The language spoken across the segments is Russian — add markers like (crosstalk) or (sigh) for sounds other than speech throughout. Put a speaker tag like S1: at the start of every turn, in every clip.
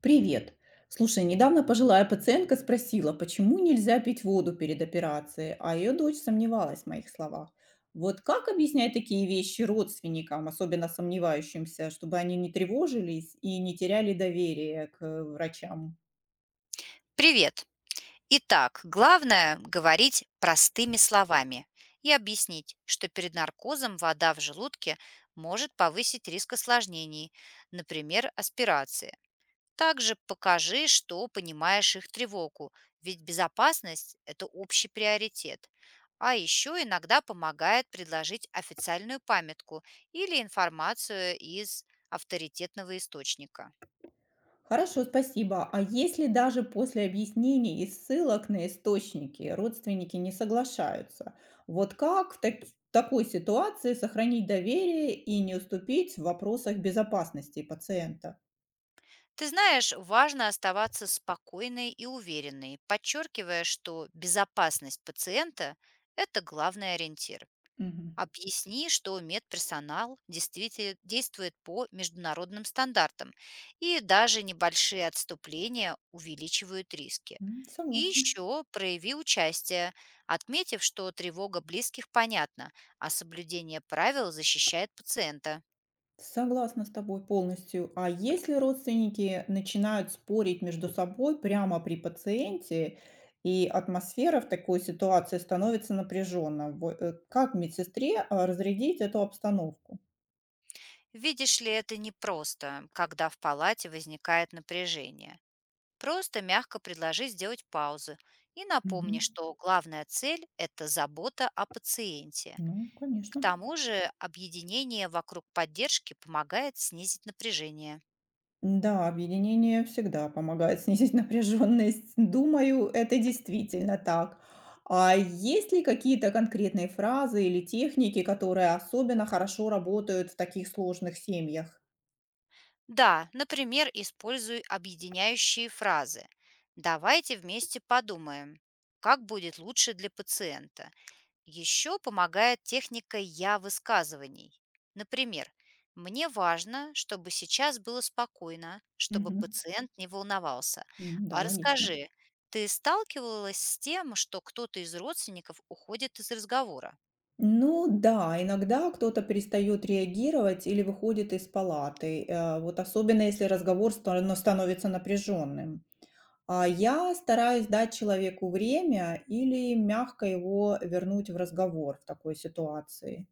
S1: Привет. Слушай, недавно пожилая пациентка спросила, почему нельзя пить воду перед операцией, а ее дочь сомневалась в моих словах. Вот как объяснять такие вещи родственникам, особенно сомневающимся, чтобы они не тревожились и не теряли доверие к врачам?
S2: Привет. Итак, главное говорить простыми словами и объяснить, что перед наркозом вода в желудке может повысить риск осложнений, например, аспирации. Также покажи, что понимаешь их тревогу, ведь безопасность– это общий приоритет. А еще иногда помогает предложить официальную памятку или информацию из авторитетного источника.
S1: Хорошо, спасибо. А если даже после объяснений и ссылок на источники родственники не соглашаются, вот как в такой ситуации сохранить доверие и не уступить в вопросах безопасности пациента?
S2: Ты знаешь, важно оставаться спокойной и уверенной, подчеркивая, что безопасность пациента– это главный ориентир.
S1: Мгм.
S2: Объясни, что медперсонал действительно действует по международным стандартам, и даже небольшие отступления увеличивают риски.
S1: М,
S2: И
S1: согласна.
S2: еще прояви участие, отметив, что тревога близких понятна, а соблюдение правил защищает пациента.
S1: Согласна с тобой полностью. А если родственники начинают спорить между собой прямо при пациенте, и атмосфера в такой ситуации становится напряженной, вот, как медсестре разрядить эту обстановку?
S2: Видишь ли, это непросто, когда в палате возникает напряжение. Просто мягко предложи сделать паузы и напомни,
S1: Мгм.
S2: что главная цель– это забота о пациенте.
S1: Ну,
S2: К
S1: конечно.
S2: тому же объединение вокруг поддержки помогает снизить напряжение.
S1: Да, объединение всегда помогает (laughs) снизить напряженность. Думаю, это действительно так. А есть ли какие-то конкретные фразы или техники, которые особенно хорошо работают в таких сложных семьях?
S2: Да, например, используй объединяющие фразы. Давайте вместе подумаем, как будет лучше для пациента. Еще помогает техника «я» высказываний. Например, «Мне важно, чтобы сейчас было спокойно, чтобы
S1: Мгм.
S2: пациент не волновался».
S1: М, да,
S2: А
S1: логично.
S2: расскажи, ты сталкивалась с тем, что кто-то из родственников уходит из разговора?
S1: Ну да, иногда кто-то перестает реагировать или выходит из палаты. Вот особенно если разговор становится напряженным. Я стараюсь дать человеку время или мягко его вернуть в разговор в такой ситуации.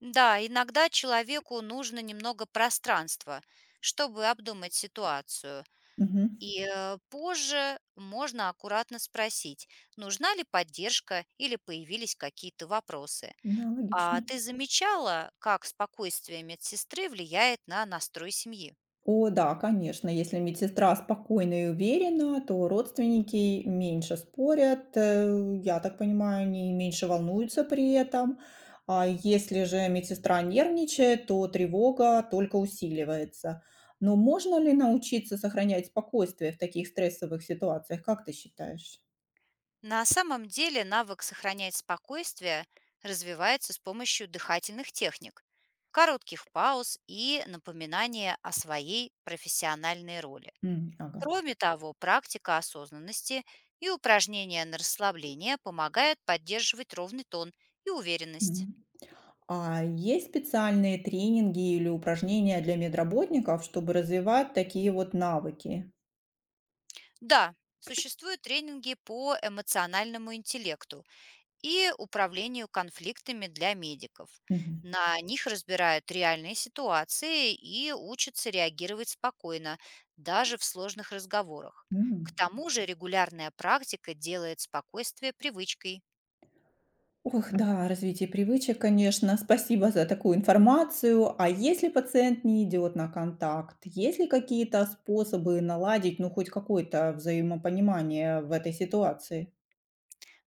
S2: Да, иногда человеку нужно немного пространства, чтобы обдумать ситуацию.
S1: Мгм.
S2: И позже можно аккуратно спросить, нужна ли поддержка или появились какие-то вопросы.
S1: Да,
S2: А
S1: логично.
S2: ты замечала, как спокойствие медсестры влияет на настрой семьи?
S1: О да, конечно, если медсестра спокойна и уверена, то родственники меньше спорят, я так понимаю, они меньше волнуются при этом. А если же медсестра нервничает, то тревога только усиливается. Но можно ли научиться сохранять спокойствие в таких стрессовых ситуациях, как ты считаешь?
S2: На самом деле навык сохранять спокойствие развивается с помощью дыхательных техник, коротких пауз и напоминания о своей профессиональной роли.
S1: М, ага.
S2: Кроме того, практика осознанности и упражнения на расслабление помогают поддерживать ровный тон и уверенность.
S1: Мгм. А есть специальные тренинги или упражнения для медработников, чтобы развивать такие вот навыки?
S2: Да, существуют тренинги по эмоциональному интеллекту и управлению конфликтами для медиков.
S1: Мгм.
S2: На них разбирают реальные ситуации и учатся реагировать спокойно, даже в сложных разговорах. К
S1: М.
S2: тому же регулярная практика делает спокойствие привычкой.
S1: Ох, да, развитие привычек, конечно. Спасибо за такую информацию. А если пациент не идет на контакт, есть ли какие-то способы наладить, ну, хоть какое-то взаимопонимание в этой ситуации?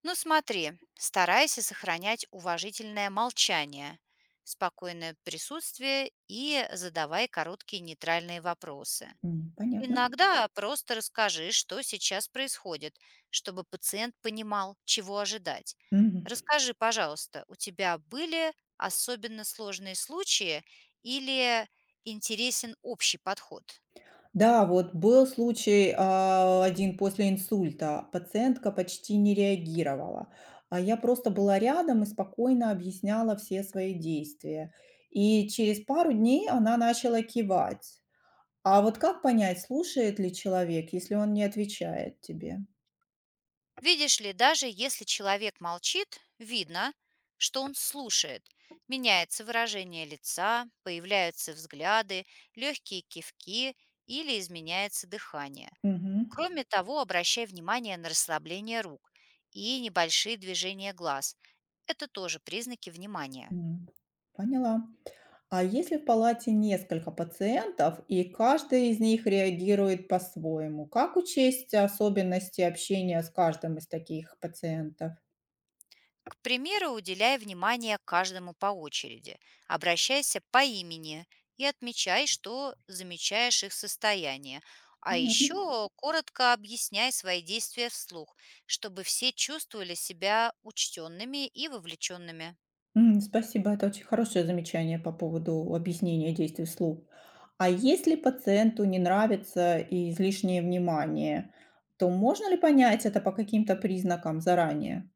S2: Но смотри, старайся сохранять уважительное молчание, спокойное присутствие и задавай короткие нейтральные вопросы.
S1: М, понятно.
S2: Иногда просто расскажи, что сейчас происходит, чтобы пациент понимал, чего ожидать.
S1: Мгм.
S2: Расскажи, пожалуйста, у тебя были особенно сложные случаи или интересен общий подход?
S1: Да, вот был случай, один после инсульта. Пациентка почти не реагировала, а я просто была рядом и спокойно объясняла все свои действия. И через пару дней она начала кивать. А вот как понять, слушает ли человек, если он не отвечает тебе?
S2: Видишь ли, даже если человек молчит, видно, что он слушает. Меняется выражение лица, появляются взгляды, легкие кивки или изменяется дыхание.
S1: Мгм.
S2: Кроме того, обращай внимание на расслабление рук и небольшие движения глаз. Это тоже признаки внимания.
S1: М. Поняла. А если в палате несколько пациентов, и каждый из них реагирует по-своему, как учесть особенности общения с каждым из таких пациентов?
S2: К примеру, уделяй внимание каждому по очереди. Обращайся по имени и отмечай, что замечаешь их состояние. А
S1: Понятно.
S2: еще коротко объясняй свои действия вслух, чтобы все чувствовали себя учтенными и вовлеченными.
S1: М, спасибо, это очень хорошее замечание по поводу объяснения действий вслух. А если пациенту не нравится и излишнее внимание, то можно ли понять это по каким-то признакам заранее?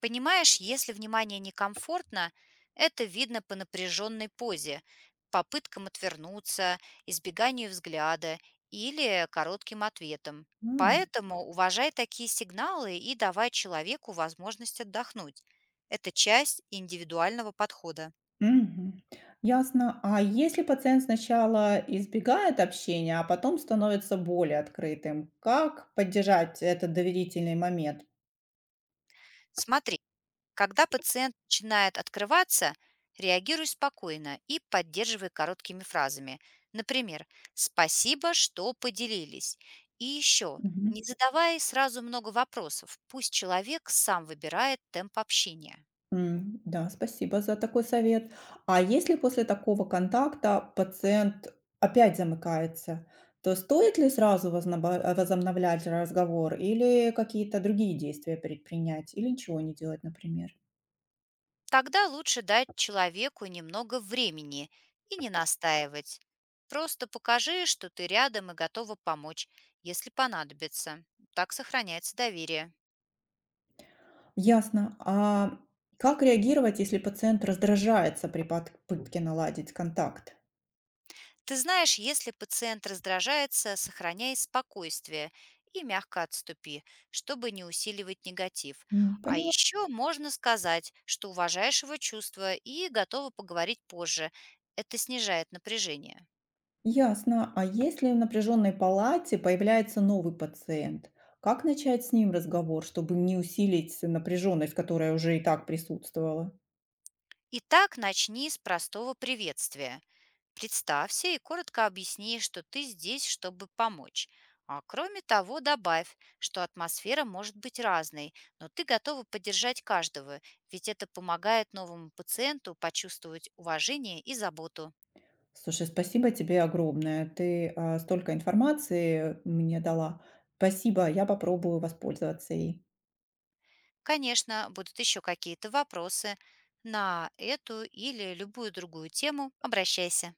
S2: Понимаешь, если внимание некомфортно, это видно по напряженной позе, попыткам отвернуться, избеганию взгляда или коротким ответам.
S1: А.
S2: Поэтому уважай такие сигналы и давай человеку возможность отдохнуть. Это часть индивидуального подхода.
S1: Мгм. Ясно. А если пациент сначала избегает общения, а потом становится более открытым, как поддержать этот доверительный момент?
S2: Смотри, когда пациент начинает открываться, реагируй спокойно и поддерживай короткими фразами. Например, «Спасибо, что поделились». И еще,
S1: Мгм.
S2: не задавай сразу много вопросов, пусть человек сам выбирает темп общения.
S1: М, да, спасибо за такой совет. А если после такого контакта пациент опять замыкается, то стоит ли сразу возобновлять разговор или какие-то другие действия предпринять, или ничего не делать, например?
S2: Тогда лучше дать человеку немного времени и не настаивать. Просто покажи, что ты рядом и готова помочь, если понадобится. Так сохраняется доверие.
S1: Ясно. А как реагировать, если пациент раздражается при попытке наладить контакт?
S2: Ты знаешь, если пациент раздражается, сохраняй спокойствие и мягко отступи, чтобы не усиливать негатив.
S1: М,
S2: А
S1: поняла.
S2: еще можно сказать, что уважаешь его чувства и готова поговорить позже. Это снижает напряжение.
S1: Ясно. А если в напряженной палате появляется новый пациент, как начать с ним разговор, чтобы не усилить напряженность, которая уже и так присутствовала?
S2: Итак, начни с простого приветствия. Представься и коротко объясни, что ты здесь, чтобы помочь. А кроме того, добавь, что атмосфера может быть разной, но ты готова поддержать каждого, ведь это помогает новому пациенту почувствовать уважение и заботу.
S1: Слушай, спасибо тебе огромное. Ты столько информации мне дала. Спасибо, я попробую воспользоваться ей.
S2: Конечно, будут еще какие-то вопросы. На эту или любую другую тему обращайся.